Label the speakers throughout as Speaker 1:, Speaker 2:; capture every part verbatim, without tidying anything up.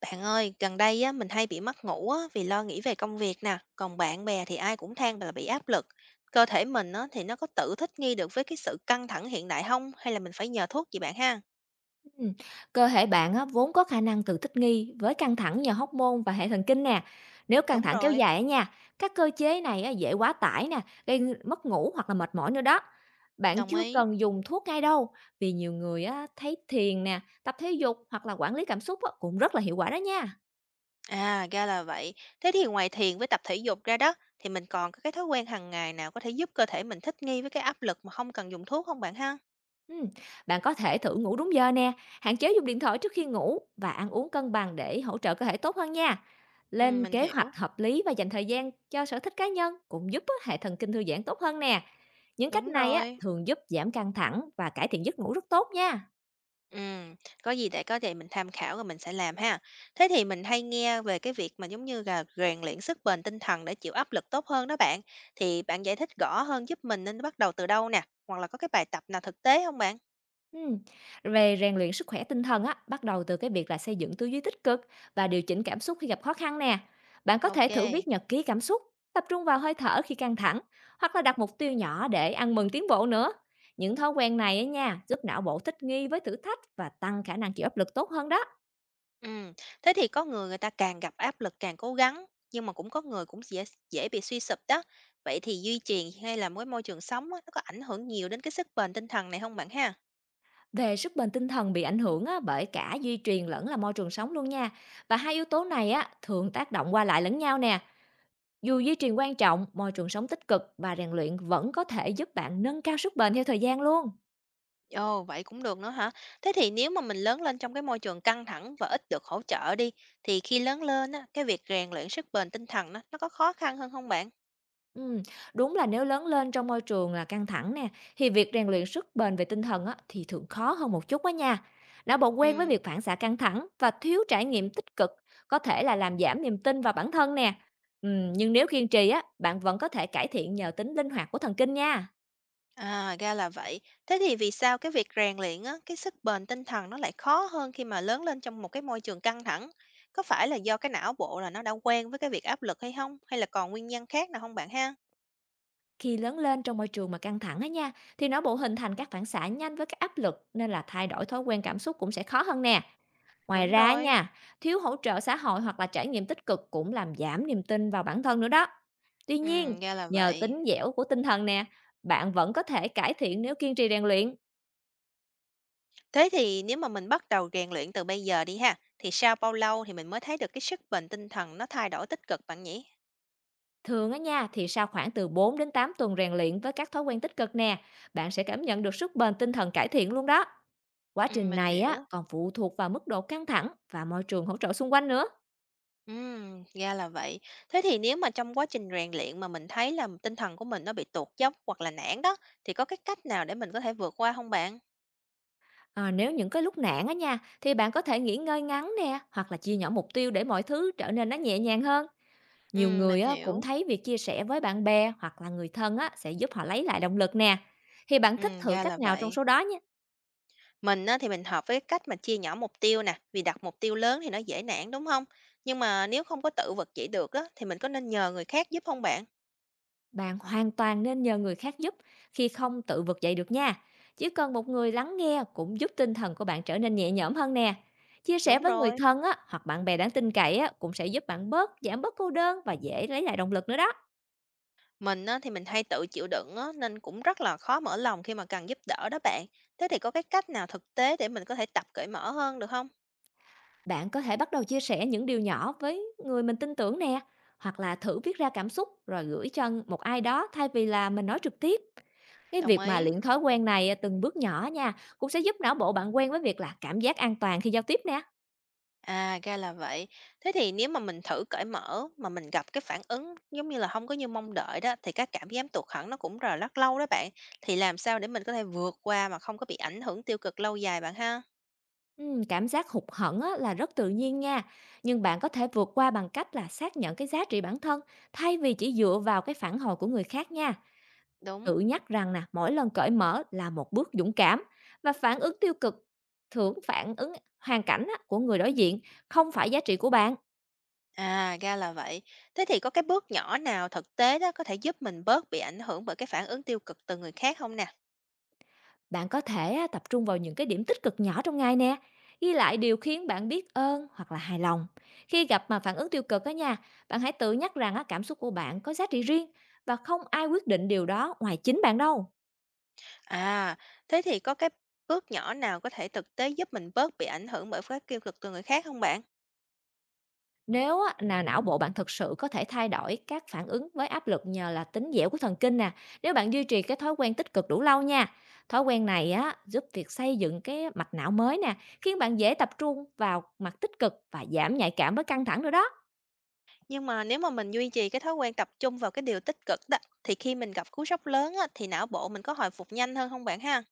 Speaker 1: Bạn ơi, gần đây á, mình hay bị mất ngủ á, vì lo nghĩ về công việc nè, còn bạn bè thì ai cũng than là bị áp lực. Cơ thể mình á, thì nó có tự thích nghi được với cái sự căng thẳng hiện đại không? Hay là mình phải nhờ thuốc gì bạn ha?
Speaker 2: Ừm, Cơ thể bạn á, vốn có khả năng tự thích nghi với căng thẳng nhờ hormone và hệ thần kinh nè. Nếu căng
Speaker 1: Đúng
Speaker 2: thẳng kéo
Speaker 1: rồi,
Speaker 2: dài á nha, các cơ chế này á, dễ quá tải nè, gây ng- mất ngủ hoặc là mệt mỏi nữa đó. Bạn
Speaker 1: đồng
Speaker 2: chưa
Speaker 1: ý.
Speaker 2: cần dùng thuốc ngay đâu, vì nhiều người á, thấy thiền nè, tập thể dục hoặc là quản lý cảm xúc á, cũng rất là hiệu quả đó nha.
Speaker 1: À, ra là vậy. Thế thì ngoài thiền với tập thể dục ra đó, thì mình còn có cái thói quen hàng ngày nào có thể giúp cơ thể mình thích nghi với cái áp lực mà không cần dùng thuốc không bạn ha?
Speaker 2: Ừm, Bạn có thể thử ngủ đúng giờ nè, hạn chế dùng điện thoại trước khi ngủ và ăn uống cân bằng để hỗ trợ cơ thể tốt hơn nha.
Speaker 1: Ừ,
Speaker 2: Lên
Speaker 1: mình
Speaker 2: kế hoạch
Speaker 1: hiểu.
Speaker 2: hợp lý và dành thời gian cho sở thích cá nhân cũng giúp á, hệ thần kinh thư giãn tốt hơn nè. Những cách
Speaker 1: Đúng
Speaker 2: này á
Speaker 1: rồi.
Speaker 2: thường giúp giảm căng thẳng và cải thiện giấc ngủ rất tốt nha.
Speaker 1: Ừm, có gì để có thể mình tham khảo rồi mình sẽ làm ha. Thế thì mình hay nghe về cái việc mà giống như là rèn luyện sức bền tinh thần để chịu áp lực tốt hơn đó bạn. Thì bạn giải thích rõ hơn giúp mình nên bắt đầu từ đâu nè, hoặc là có cái bài tập nào thực tế không bạn?
Speaker 2: Ừm, Về rèn luyện sức khỏe tinh thần á, bắt đầu từ cái việc là xây dựng tư duy tích cực và điều chỉnh cảm xúc khi gặp khó khăn nè. Bạn có thể
Speaker 1: Ok.
Speaker 2: thử viết nhật ký cảm xúc, tập trung vào hơi thở khi căng thẳng, hoặc là đặt mục tiêu nhỏ để ăn mừng tiến bộ nữa. Những thói quen này á nha, giúp não bộ thích nghi với thử thách và tăng khả năng chịu áp lực tốt hơn đó.
Speaker 1: Ừm, thế thì có người người ta càng gặp áp lực càng cố gắng, nhưng mà cũng có người cũng dễ dễ bị suy sụp đó. Vậy thì duy trì hay là mỗi môi trường sống á, nó có ảnh hưởng nhiều đến cái sức bền tinh thần này không bạn ha?
Speaker 2: Về sức bền tinh thần bị ảnh hưởng á, bởi cả di truyền lẫn là môi trường sống luôn nha. Và hai yếu tố này á, thường tác động qua lại lẫn nhau nè. Dù duy trì quan trọng, môi trường sống tích cực và rèn luyện vẫn có thể giúp bạn nâng cao sức bền theo thời gian luôn.
Speaker 1: Ồ, vậy cũng được nữa hả? Thế thì nếu mà mình lớn lên trong cái môi trường căng thẳng và ít được hỗ trợ đi, thì khi lớn lên á, cái việc rèn luyện sức bền tinh thần nó, nó có khó khăn hơn không bạn?
Speaker 2: Ừm, Đúng là nếu lớn lên trong môi trường là căng thẳng nè, thì việc rèn luyện sức bền về tinh thần á, thì thường khó hơn một chút đó nha. Não bộ quen với
Speaker 1: Ừ,
Speaker 2: việc phản xạ căng thẳng và thiếu trải nghiệm tích cực có thể là làm giảm niềm tin vào bản thân nè. Ừm, nhưng nếu kiên trì á, bạn vẫn có thể cải thiện nhờ tính linh hoạt của thần kinh nha.
Speaker 1: à, ra là vậy. Thế thì vì sao cái việc rèn luyện á, cái sức bền tinh thần nó lại khó hơn khi mà lớn lên trong một cái môi trường căng thẳng? Có phải là do cái não bộ là nó đã quen với cái việc áp lực hay không? Hay là còn nguyên nhân khác nào không bạn ha?
Speaker 2: Khi lớn lên trong môi trường mà căng thẳng á nha, thì não bộ hình thành các phản xạ nhanh với các áp lực nên là thay đổi thói quen cảm xúc cũng sẽ khó hơn nè. Ngoài
Speaker 1: Đúng
Speaker 2: ra
Speaker 1: rồi.
Speaker 2: nha, thiếu hỗ trợ xã hội hoặc là trải nghiệm tích cực cũng làm giảm niềm tin vào bản thân nữa đó. Tuy
Speaker 1: Ừ,
Speaker 2: nhiên,
Speaker 1: ra là
Speaker 2: nhờ
Speaker 1: vậy.
Speaker 2: tính dẻo của tinh thần nè, bạn vẫn có thể cải thiện nếu kiên trì rèn luyện.
Speaker 1: Thế thì nếu mà mình bắt đầu rèn luyện từ bây giờ đi ha, thì sau bao lâu thì mình mới thấy được cái sức bền tinh thần nó thay đổi tích cực bạn nhỉ?
Speaker 2: Thường á nha, thì sau khoảng từ bốn đến tám tuần rèn luyện với các thói quen tích cực nè, bạn sẽ cảm nhận được sức bền tinh thần cải thiện luôn đó. Quá
Speaker 1: Ừ,
Speaker 2: trình
Speaker 1: mình
Speaker 2: này á
Speaker 1: hiểu.
Speaker 2: còn phụ thuộc vào mức độ căng thẳng và môi trường hỗ trợ xung quanh nữa.
Speaker 1: Ừ, ra là vậy. Thế thì nếu mà trong quá trình rèn luyện mà mình thấy là tinh thần của mình nó bị tụt dốc hoặc là nản đó, thì có cái cách nào để mình có thể vượt qua không bạn?
Speaker 2: À, nếu những cái lúc nản á nha, thì bạn có thể nghỉ ngơi ngắn nè, hoặc là chia nhỏ mục tiêu để mọi thứ trở nên nó nhẹ nhàng hơn. Nhiều
Speaker 1: Ừ,
Speaker 2: người
Speaker 1: mình
Speaker 2: á, cũng
Speaker 1: hiểu.
Speaker 2: thấy việc chia sẻ với bạn bè hoặc là người thân á, sẽ giúp họ lấy lại động lực nè. Thì bạn
Speaker 1: Ừ,
Speaker 2: thích thử
Speaker 1: ra là
Speaker 2: cách nào trong
Speaker 1: vậy.
Speaker 2: số đó nhé.
Speaker 1: Mình á, thì mình hợp với cái cách mà chia nhỏ mục tiêu nè, vì đặt mục tiêu lớn thì nó dễ nản đúng không? Nhưng mà nếu không có tự vực dậy được đó, thì mình có nên nhờ người khác giúp không bạn?
Speaker 2: Bạn hoàn toàn nên nhờ người khác giúp khi không tự vực dậy được nha. Chỉ cần một người lắng nghe cũng giúp tinh thần của bạn trở nên nhẹ nhõm hơn nè. Chia sẻ
Speaker 1: Đúng
Speaker 2: với người
Speaker 1: rồi.
Speaker 2: thân á, hoặc bạn bè đáng tin cậy á, cũng sẽ giúp bạn bớt giảm bớt cô đơn và dễ lấy lại động lực nữa đó.
Speaker 1: Mình á, thì mình hay tự chịu đựng á, nên cũng rất là khó mở lòng khi mà cần giúp đỡ đó bạn. Thế thì có cái cách nào thực tế để mình có thể tập cởi mở hơn được không?
Speaker 2: Bạn có thể bắt đầu chia sẻ những điều nhỏ với người mình tin tưởng nè, hoặc là thử viết ra cảm xúc rồi gửi cho một ai đó thay vì là mình nói trực tiếp. Cái
Speaker 1: Đồng
Speaker 2: việc mà
Speaker 1: ý.
Speaker 2: luyện thói quen này à, từng bước nhỏ nha, cũng sẽ giúp não bộ bạn quen với việc là cảm giác an toàn khi giao tiếp nè.
Speaker 1: À, ra là vậy. Thế thì nếu mà mình thử cởi mở mà mình gặp cái phản ứng giống như là không có như mong đợi đó thì cái cảm giác tụt hẳn nó cũng rời rất lâu đó bạn. Thì làm sao để mình có thể vượt qua mà không có bị ảnh hưởng tiêu cực lâu dài bạn ha?
Speaker 2: Ừm, cảm giác hụt hẫng á, là rất tự nhiên nha, nhưng bạn có thể vượt qua bằng cách là xác nhận cái giá trị bản thân thay vì chỉ dựa vào cái phản hồi của người khác nha.
Speaker 1: Đúng.
Speaker 2: Tự nhắc rằng nè, mỗi lần cởi mở là một bước dũng cảm, và phản ứng tiêu cực thưởng phản ứng hoàn cảnh á, của người đối diện, không phải giá trị của bạn.
Speaker 1: À, ra là vậy. Thế thì có cái bước nhỏ nào thực tế đó có thể giúp mình bớt bị ảnh hưởng bởi cái phản ứng tiêu cực từ người khác không nè?
Speaker 2: Bạn có thể á, tập trung vào những cái điểm tích cực nhỏ trong ngày nè, ghi lại điều khiến bạn biết ơn hoặc là hài lòng. Khi gặp mà phản ứng tiêu cực á nha, bạn hãy tự nhắc rằng á, cảm xúc của bạn có giá trị riêng và không ai quyết định điều đó ngoài chính bạn đâu.
Speaker 1: À, thế thì có cái bước nhỏ nào có thể thực tế giúp mình bớt bị ảnh hưởng bởi các tiêu cực từ người khác không bạn?
Speaker 2: Nếu á, là não bộ bạn thực sự có thể thay đổi các phản ứng với áp lực nhờ là tính dẻo của thần kinh nè, nếu bạn duy trì cái thói quen tích cực đủ lâu nha. Thói quen này á giúp việc xây dựng cái mạch não mới nè, khiến bạn dễ tập trung vào mặt tích cực và giảm nhạy cảm với căng thẳng nữa đó.
Speaker 1: Nhưng mà nếu mà mình duy trì cái thói quen tập trung vào cái điều tích cực đó, thì khi mình gặp cú sốc lớn á, thì não bộ mình có hồi phục nhanh hơn không bạn ha?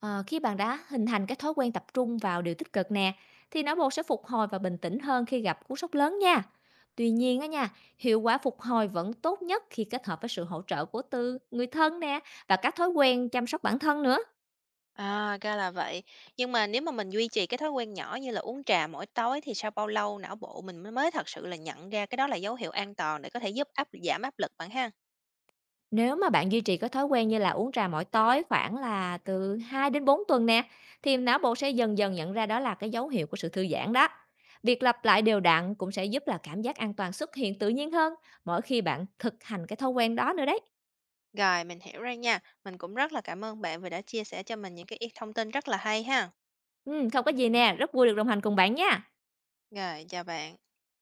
Speaker 2: Ờ, Khi bạn đã hình thành cái thói quen tập trung vào điều tích cực nè, thì não bộ sẽ phục hồi và bình tĩnh hơn khi gặp cú sốc lớn nha. Tuy nhiên á nha, hiệu quả phục hồi vẫn tốt nhất khi kết hợp với sự hỗ trợ của từ người thân nè và các thói quen chăm sóc bản thân nữa.
Speaker 1: À, ra là vậy. Nhưng mà nếu mà mình duy trì cái thói quen nhỏ như là uống trà mỗi tối thì sau bao lâu não bộ mình mới mới thật sự là nhận ra cái đó là dấu hiệu an toàn để có thể giúp áp giảm áp lực bạn ha?
Speaker 2: Nếu mà bạn duy trì cái thói quen như là uống trà mỗi tối khoảng là từ hai đến bốn tuần nè, thì não bộ sẽ dần dần nhận ra đó là cái dấu hiệu của sự thư giãn đó. Việc lặp lại đều đặn cũng sẽ giúp là cảm giác an toàn xuất hiện tự nhiên hơn mỗi khi bạn thực hành cái thói quen đó nữa đấy.
Speaker 1: Rồi, mình hiểu rồi nha. Mình cũng rất là cảm ơn bạn vì đã chia sẻ cho mình những cái thông tin rất là hay ha.
Speaker 2: Ừ, không có gì nè, rất vui được đồng hành cùng bạn nha.
Speaker 1: Rồi, chào bạn.